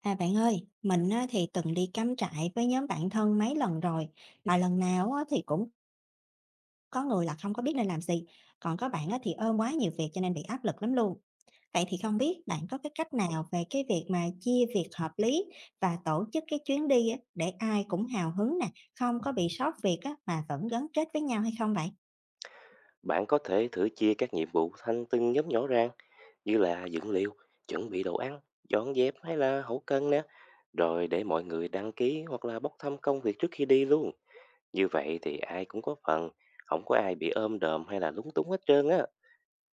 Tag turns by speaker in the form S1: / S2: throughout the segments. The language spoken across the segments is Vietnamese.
S1: À bạn ơi, mình á, thì từng đi cắm trại với nhóm bạn thân mấy lần rồi, mà lần nào á, thì cũng có người là không có biết nên làm gì, còn có bạn á, thì ôm quá nhiều việc cho nên bị áp lực lắm luôn. Vậy thì không biết bạn có cái cách nào về cái việc mà chia việc hợp lý và tổ chức cái chuyến đi á, để ai cũng hào hứng nè, không có bị sót việc á, mà vẫn gắn kết với nhau hay không vậy?
S2: Bạn có thể thử chia các nhiệm vụ thành từng nhóm nhỏ ra, như là dựng liều, chuẩn bị đồ ăn, dọn dẹp hay là hậu cân nè. Rồi để mọi người đăng ký hoặc là bốc thăm công việc trước khi đi luôn. Như vậy thì ai cũng có phần, không có ai bị ôm đờm hay là lúng túng hết trơn á.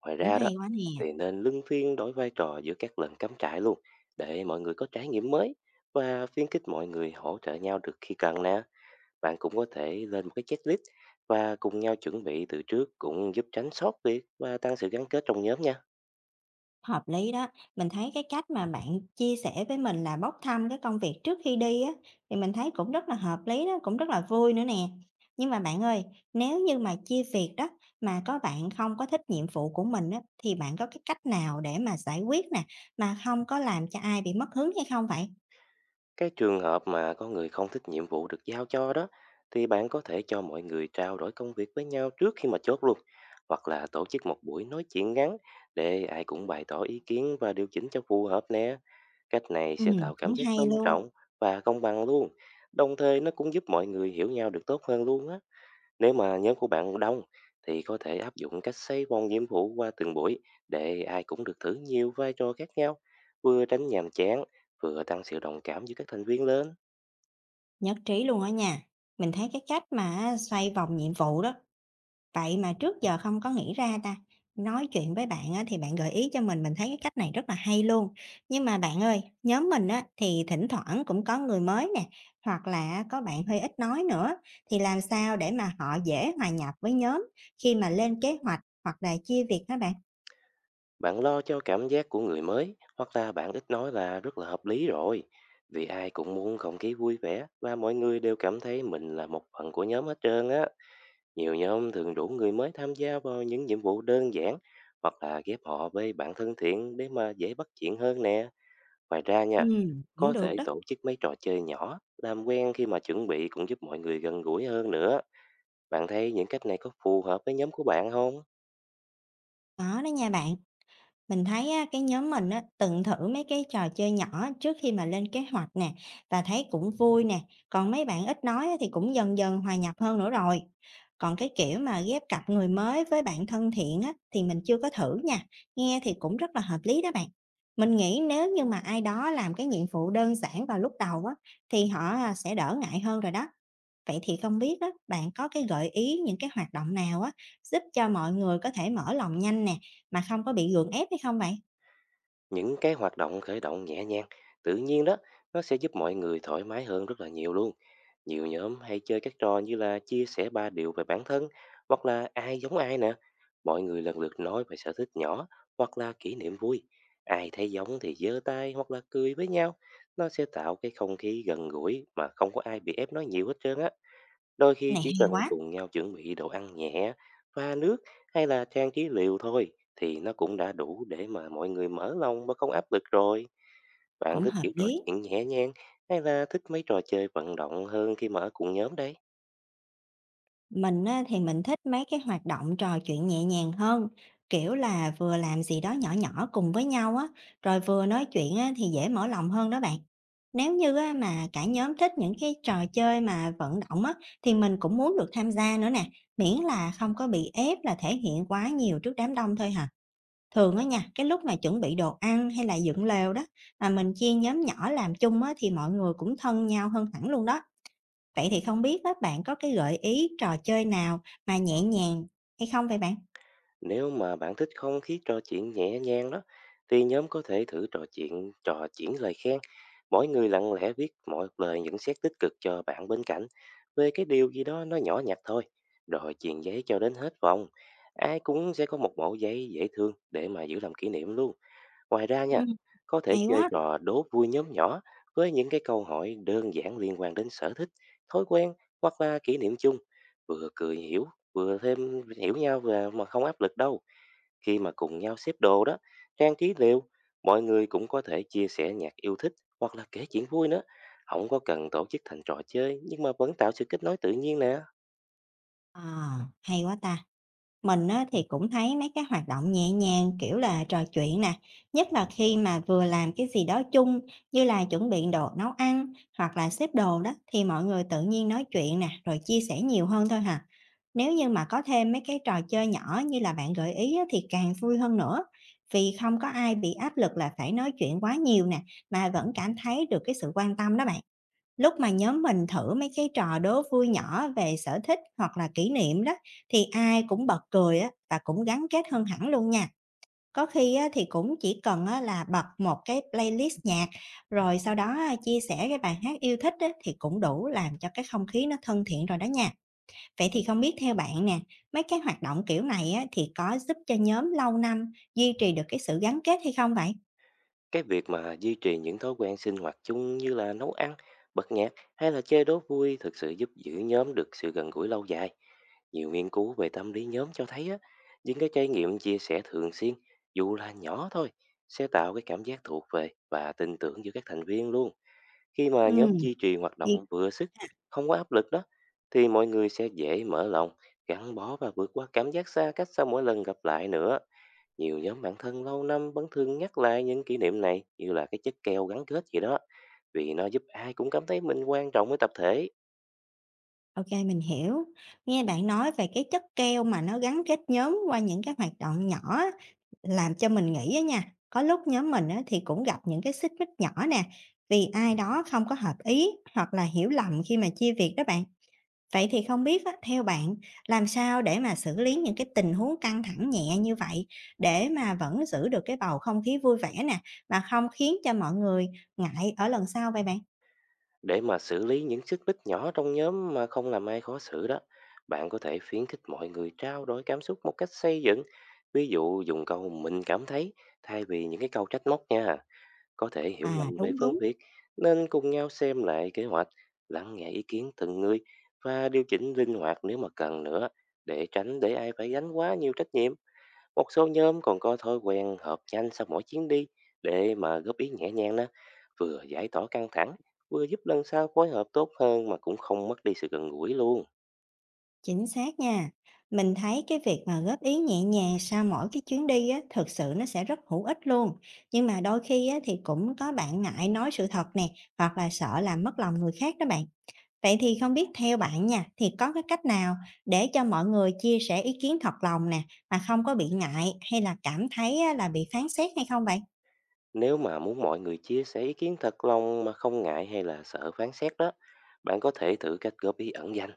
S2: Ngoài
S1: Cũng
S2: ra đó,
S1: hay quá nè.
S2: thì nên luân phiên đổi vai trò giữa các lần cắm trại luôn, để mọi người có trải nghiệm mới và khuyến khích mọi người hỗ trợ nhau được khi cần nè. Bạn cũng có thể lên một cái checklist và cùng nhau chuẩn bị từ trước, cũng giúp tránh sót việc và tăng sự gắn kết trong nhóm nha.
S1: Hợp lý đó, mình thấy cái cách mà bạn chia sẻ với mình là bốc thăm cái công việc trước khi đi á, thì mình thấy cũng rất là hợp lý đó, cũng rất là vui nữa nè. Nhưng mà bạn ơi, nếu như mà chia việc đó, mà có bạn không có thích nhiệm vụ của mình á, thì bạn có cái cách nào để mà giải quyết nè, mà không có làm cho ai bị mất hứng hay không vậy?
S2: Cái trường hợp mà có người không thích nhiệm vụ được giao cho đó, thì bạn có thể cho mọi người trao đổi công việc với nhau trước khi mà chốt luôn, hoặc là tổ chức một buổi nói chuyện ngắn để ai cũng bày tỏ ý kiến và điều chỉnh cho phù hợp nè. Cách này sẽ tạo cảm
S1: Cũng
S2: giác
S1: hay
S2: tôn
S1: luôn,
S2: trọng và công bằng luôn. Đồng thời nó cũng giúp mọi người hiểu nhau được tốt hơn luôn á. Nếu mà nhóm của bạn đông, thì có thể áp dụng cách xây vòng nhiệm vụ qua từng buổi, để ai cũng được thử nhiều vai trò khác nhau, vừa tránh nhàm chán, vừa tăng sự đồng cảm giữa các thành viên lên.
S1: nhất trí luôn đó nha. Mình thấy cái cách mà xoay vòng nhiệm vụ đó, vậy mà trước giờ không có nghĩ ra ta. Nói chuyện với bạn á, thì bạn gợi ý cho mình thấy cái cách này rất là hay luôn. Nhưng mà bạn ơi, nhóm mình á, thì thỉnh thoảng cũng có người mới nè, hoặc là có bạn hơi ít nói nữa, thì làm sao để mà họ dễ hòa nhập với nhóm khi mà lên kế hoạch hoặc là chia việc hả bạn?
S2: Bạn lo cho cảm giác của người mới hoặc là bạn ít nói là rất là hợp lý rồi. Vì ai cũng muốn không khí vui vẻ và mọi người đều cảm thấy mình là một phần của nhóm hết trơn á. Nhiều nhóm thường đủ người mới tham gia vào những nhiệm vụ đơn giản, hoặc là ghép họ với bạn thân thiện để mà dễ bắt chuyện hơn nè. Ngoài ra
S1: Ừ,
S2: nha,
S1: cũng
S2: có
S1: được
S2: thể
S1: đó.
S2: tổ chức mấy trò chơi nhỏ, làm quen khi mà chuẩn bị, cũng giúp mọi người gần gũi hơn nữa. Bạn thấy những cách này có phù hợp với nhóm của bạn không?
S1: Có đó nha bạn. Mình thấy á, cái nhóm mình á, từng thử mấy cái trò chơi nhỏ trước khi mà lên kế hoạch nè và thấy cũng vui nè. Còn mấy bạn ít nói á, thì cũng dần dần hòa nhập hơn nữa rồi. Còn cái kiểu mà ghép cặp người mới với bạn thân thiện á, thì mình chưa có thử nha. Nghe thì cũng rất là hợp lý đó bạn. Mình nghĩ nếu như mà ai đó làm cái nhiệm vụ đơn giản vào lúc đầu á, thì họ sẽ đỡ ngại hơn rồi đó. Vậy thì không biết á, bạn có cái gợi ý những cái hoạt động nào á, giúp cho mọi người có thể mở lòng nhanh nè, mà không có bị gượng ép hay không vậy?
S2: Những cái hoạt động khởi động nhẹ nhàng, tự nhiên đó, nó sẽ giúp mọi người thoải mái hơn rất là nhiều luôn. Nhiều nhóm hay chơi các trò như là chia sẻ ba điều về bản thân, hoặc là ai giống ai nè. Mọi người lần lượt nói về sở thích nhỏ hoặc là kỷ niệm vui, ai thấy giống thì giơ tay hoặc là cười với nhau. Nó sẽ tạo cái không khí gần gũi mà không có ai bị ép nói nhiều hết trơn á. Đôi khi
S1: Này
S2: chỉ
S1: hay
S2: cần
S1: quá,
S2: cùng nhau chuẩn bị đồ ăn nhẹ, pha nước hay là trang trí liều thôi, thì nó cũng đã đủ để mà mọi người mở lòng mà không áp lực rồi. Bạn
S1: cũng
S2: thích
S1: hợp
S2: kiểu trò
S1: lý.
S2: chuyện nhẹ nhàng hay là thích mấy trò chơi vận động hơn khi mà ở cùng nhóm đấy?
S1: Mình á, thì mình thích mấy cái hoạt động trò chuyện nhẹ nhàng hơn, kiểu là vừa làm gì đó nhỏ nhỏ cùng với nhau á, rồi vừa nói chuyện á, thì dễ mở lòng hơn đó bạn. Nếu như á, mà cả nhóm thích những cái trò chơi mà vận động á, thì mình cũng muốn được tham gia nữa nè, miễn là không có bị ép là thể hiện quá nhiều trước đám đông thôi hả? Thường á nha, cái lúc mà chuẩn bị đồ ăn hay là dựng lều đó, mà mình chia nhóm nhỏ làm chung á, thì mọi người cũng thân nhau hơn hẳn luôn đó. Vậy thì không biết các bạn có cái gợi ý trò chơi nào mà nhẹ nhàng hay không vậy bạn?
S2: Nếu mà bạn thích không khí trò chuyện nhẹ nhàng đó, thì nhóm có thể thử trò chuyện, trò chuyển lời khen. Mỗi người lặng lẽ viết mọi lời nhận xét tích cực cho bạn bên cạnh về cái điều gì đó nó nhỏ nhặt thôi. Rồi chuyền giấy cho đến hết vòng. Ai cũng sẽ có một mẩu giấy dễ thương để mà giữ làm kỷ niệm luôn. Ngoài ra nha,
S1: Ừm,
S2: có thể
S1: hay
S2: chơi
S1: quá,
S2: trò đố vui nhóm nhỏ với những cái câu hỏi đơn giản liên quan đến sở thích, thói quen hoặc là kỷ niệm chung. Vừa cười hiểu, vừa thêm hiểu nhau và mà không áp lực đâu. Khi mà cùng nhau xếp đồ đó, trang trí lều, mọi người cũng có thể chia sẻ nhạc yêu thích hoặc là kể chuyện vui nữa. Không có cần tổ chức thành trò chơi nhưng mà vẫn tạo sự kết nối tự nhiên nè.
S1: à hay quá ta. Mình á, thì cũng thấy mấy cái hoạt động nhẹ nhàng kiểu là trò chuyện nè, nhất là khi mà vừa làm cái gì đó chung như là chuẩn bị đồ nấu ăn hoặc là xếp đồ đó thì mọi người tự nhiên nói chuyện nè rồi chia sẻ nhiều hơn thôi hả. Nếu như mà có thêm mấy cái trò chơi nhỏ như là bạn gợi ý á, thì càng vui hơn nữa vì không có ai bị áp lực là phải nói chuyện quá nhiều nè mà vẫn cảm thấy được cái sự quan tâm đó bạn. Lúc mà nhóm mình thử mấy cái trò đố vui nhỏ về sở thích hoặc là kỷ niệm đó thì ai cũng bật cười á và cũng gắn kết hơn hẳn luôn nha. Có khi á, thì cũng chỉ cần á, là bật một cái playlist nhạc rồi sau đó á, chia sẻ cái bài hát yêu thích á, thì cũng đủ làm cho cái không khí nó thân thiện rồi đó nha. Vậy thì không biết theo bạn nè, mấy cái hoạt động kiểu này á, thì có giúp cho nhóm lâu năm duy trì được cái sự gắn kết hay không vậy?
S2: Cái việc mà duy trì những thói quen sinh hoạt chung như là nấu ăn, bật nhạc hay là chơi đố vui thực sự giúp giữ nhóm được sự gần gũi lâu dài. Nhiều nghiên cứu về tâm lý nhóm cho thấy á, những cái trải nghiệm chia sẻ thường xuyên, dù là nhỏ thôi, sẽ tạo cái cảm giác thuộc về và tin tưởng giữa các thành viên luôn. Khi mà nhóm duy trì hoạt
S1: Ừ,
S2: động vừa sức, không có áp lực đó, thì mọi người sẽ dễ mở lòng, gắn bó và vượt qua cảm giác xa cách sau mỗi lần gặp lại nữa. Nhiều nhóm bạn thân lâu năm vẫn thường nhắc lại những kỷ niệm này như là cái chất keo gắn kết gì đó, vì nó giúp ai cũng cảm thấy mình quan trọng với tập thể.
S1: OK, mình hiểu. Nghe bạn nói về cái chất keo mà nó gắn kết nhóm qua những cái hoạt động nhỏ á, làm cho mình nghĩ á nha, có lúc nhóm mình á thì cũng gặp những cái xích mích nhỏ nè, vì ai đó không có hợp ý hoặc là hiểu lầm khi mà chia việc đó bạn. Vậy thì không biết á, theo bạn làm sao để mà xử lý những cái tình huống căng thẳng nhẹ như vậy để mà vẫn giữ được cái bầu không khí vui vẻ nè, mà không khiến cho mọi người ngại ở lần sau vậy bạn?
S2: Để mà xử lý những xích mích nhỏ trong nhóm mà không làm ai khó xử đó, bạn có thể khuyến khích mọi người trao đổi cảm xúc một cách xây dựng, ví dụ dùng câu mình cảm thấy thay vì những cái câu trách móc nha. Có thể hiểu lầm
S1: À,
S2: về
S1: đúng,
S2: phân
S1: đúng.
S2: biệt, nên cùng nhau xem lại kế hoạch, lắng nghe ý kiến từng người và điều chỉnh linh hoạt nếu mà cần nữa, để tránh để ai phải gánh quá nhiều trách nhiệm. Một số nhóm còn có thói quen họp nhanh sau mỗi chuyến đi để mà góp ý nhẹ nhàng đó, vừa giải tỏa căng thẳng, vừa giúp lần sau phối hợp tốt hơn mà cũng không mất đi sự gần gũi luôn.
S1: Chính xác nha. Mình thấy cái việc mà góp ý nhẹ nhàng sau mỗi cái chuyến đi á, thực sự nó sẽ rất hữu ích luôn. Nhưng mà đôi khi á, thì cũng có bạn ngại nói sự thật nè, hoặc là sợ làm mất lòng người khác đó bạn. Vậy thì không biết theo bạn nha, thì có cái cách nào để cho mọi người chia sẻ ý kiến thật lòng nè, mà không có bị ngại hay là cảm thấy á, là bị phán xét hay không vậy?
S2: Nếu mà muốn mọi người chia sẻ ý kiến thật lòng mà không ngại hay là sợ phán xét đó, bạn có thể thử cách góp ý ẩn danh.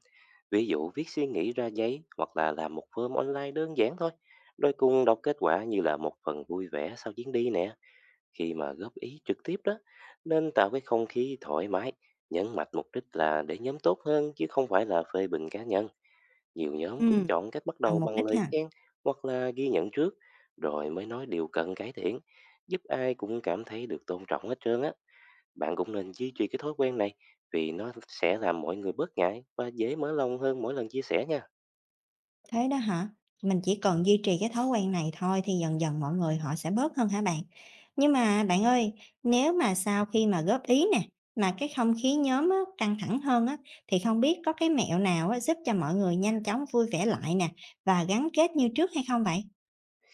S2: Ví dụ viết suy nghĩ ra giấy hoặc là làm một form online đơn giản thôi. Đôi cùng đọc kết quả như là một phần vui vẻ sau chuyến đi nè, khi mà góp ý trực tiếp đó. Nên tạo cái không khí thoải mái, nhấn mạnh mục đích là để nhóm tốt hơn chứ không phải là phê bình cá nhân. Nhiều nhóm cũng
S1: Ừ.
S2: chọn cách bắt
S1: Và
S2: đầu
S1: mục đích
S2: bằng lời
S1: ha.
S2: khen hoặc là ghi nhận trước, rồi mới nói điều cần cải thiện, giúp ai cũng cảm thấy được tôn trọng hết trơn á. Bạn cũng nên duy trì cái thói quen này, vì nó sẽ làm mọi người bớt ngại và dễ mở lòng hơn mỗi lần chia sẻ nha.
S1: Thế đó hả? Mình chỉ cần duy trì cái thói quen này thôi thì dần dần mọi người họ sẽ bớt hơn hả bạn? Nhưng mà bạn ơi, nếu mà sau khi mà góp ý nè, mà cái không khí nhóm á, căng thẳng hơn á, thì không biết có cái mẹo nào á, giúp cho mọi người nhanh chóng vui vẻ lại nè và gắn kết như trước hay không vậy?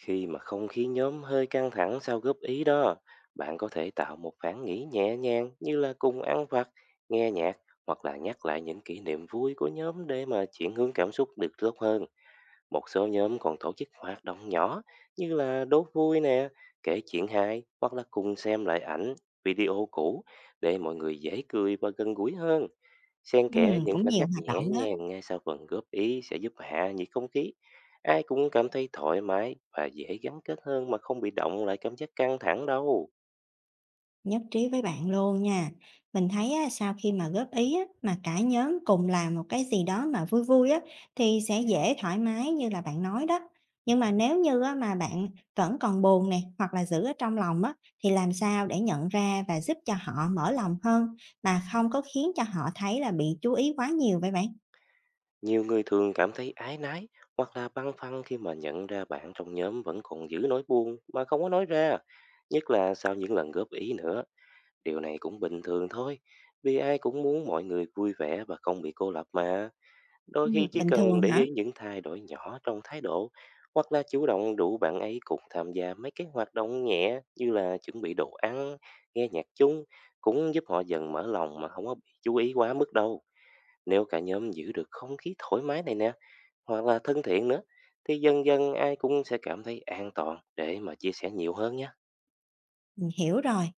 S2: Khi mà không khí nhóm hơi căng thẳng sau góp ý đó, bạn có thể tạo một phản nghĩ nhẹ nhàng như là cùng ăn vặt, nghe nhạc hoặc là nhắc lại những kỷ niệm vui của nhóm, để mà chuyển hướng cảm xúc được tốt hơn. Một số nhóm còn tổ chức hoạt động nhỏ như là đố vui nè, kể chuyện hay, hoặc là cùng xem lại ảnh, video cũ để mọi người dễ cười và gần gũi hơn. Xen kẽ
S1: Ừ,
S2: những
S1: cũng
S2: khoảnh
S1: nhiều
S2: khắc
S1: hoạt
S2: nhẹ
S1: động đó.
S2: nhàng ngay sau phần góp ý sẽ giúp hạ nhiệt không khí. Ai cũng cảm thấy thoải mái và dễ gắn kết hơn mà không bị động lại cảm giác căng thẳng đâu.
S1: Nhất trí với bạn luôn nha. Mình thấy á, sau khi mà góp ý á, mà cả nhóm cùng làm một cái gì đó mà vui vui á, thì sẽ dễ thoải mái như là bạn nói đó. Nhưng mà nếu như á, mà bạn vẫn còn buồn nè hoặc là giữ ở trong lòng á, thì làm sao để nhận ra và giúp cho họ mở lòng hơn mà không có khiến cho họ thấy là bị chú ý quá nhiều vậy bạn?
S2: Nhiều người thường cảm thấy ái nái hoặc là băn khoăn khi mà nhận ra bạn trong nhóm vẫn còn giữ nỗi buồn mà không có nói ra. Nhất là sau những lần góp ý nữa, điều này cũng bình thường thôi. Vì ai cũng muốn mọi người vui vẻ và không bị cô lập mà.
S1: Ừ,
S2: Đôi khi chỉ
S1: bình
S2: cần
S1: thường
S2: để
S1: hả?
S2: ý những thay đổi nhỏ trong thái độ, hoặc là chủ động rủ bạn ấy cùng tham gia mấy cái hoạt động nhẹ như là chuẩn bị đồ ăn, nghe nhạc chung, cũng giúp họ dần mở lòng mà không có bị chú ý quá mức đâu. Nếu cả nhóm giữ được không khí thoải mái này nè, hoặc là thân thiện nữa, thì dần dần ai cũng sẽ cảm thấy an toàn để mà chia sẻ nhiều hơn nhé.
S1: Mình hiểu rồi.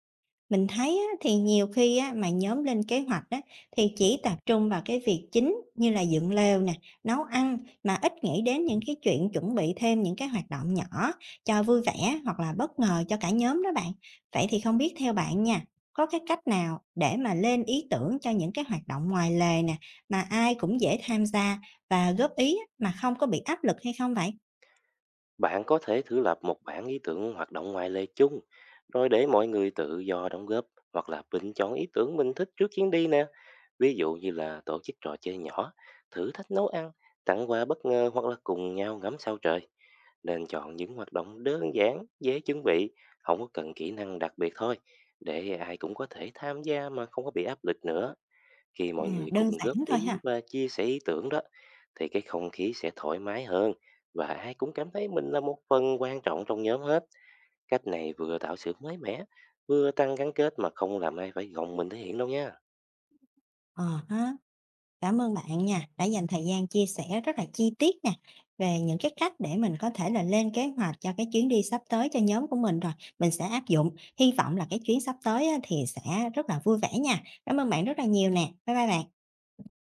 S1: Mình thấy á, thì nhiều khi á, mà nhóm lên kế hoạch á, thì chỉ tập trung vào cái việc chính như là dựng lều nè, nấu ăn mà ít nghĩ đến những cái chuyện chuẩn bị thêm những cái hoạt động nhỏ cho vui vẻ hoặc là bất ngờ cho cả nhóm đó bạn. Vậy thì không biết theo bạn nha, có cái cách nào để mà lên ý tưởng cho những cái hoạt động ngoài lề nè mà ai cũng dễ tham gia và góp ý á, mà không có bị áp lực hay không vậy?
S2: Bạn có thể thử lập một bản ý tưởng hoạt động ngoài lề chung, rồi để mọi người tự do đóng góp hoặc là bình chọn ý tưởng mình thích trước chuyến đi nè. Ví dụ như là tổ chức trò chơi nhỏ, thử thách nấu ăn, tặng quà bất ngờ hoặc là cùng nhau ngắm sao trời. Nên chọn những hoạt động đơn giản, dễ chuẩn bị, không có cần kỹ năng đặc biệt thôi, để ai cũng có thể tham gia mà không có bị áp lực nữa. Khi
S1: À,
S2: mọi người
S1: đơn
S2: cùng góp
S1: giản thôi
S2: ý
S1: ha.
S2: và chia sẻ ý tưởng đó, thì cái không khí sẽ thoải mái hơn và ai cũng cảm thấy mình là một phần quan trọng trong nhóm hết. Cách này vừa tạo sự mới mẻ, vừa tăng gắn kết mà không làm ai phải gồng mình thể hiện đâu nha.
S1: Ờ ha. Cảm ơn bạn nha, đã dành thời gian chia sẻ rất là chi tiết nè về những cái cách để mình có thể là lên kế hoạch cho cái chuyến đi sắp tới cho nhóm của mình rồi, mình sẽ áp dụng. Hy vọng là cái chuyến sắp tới á thì sẽ rất là vui vẻ nha. Cảm ơn bạn rất là nhiều nè. Bye bye bạn.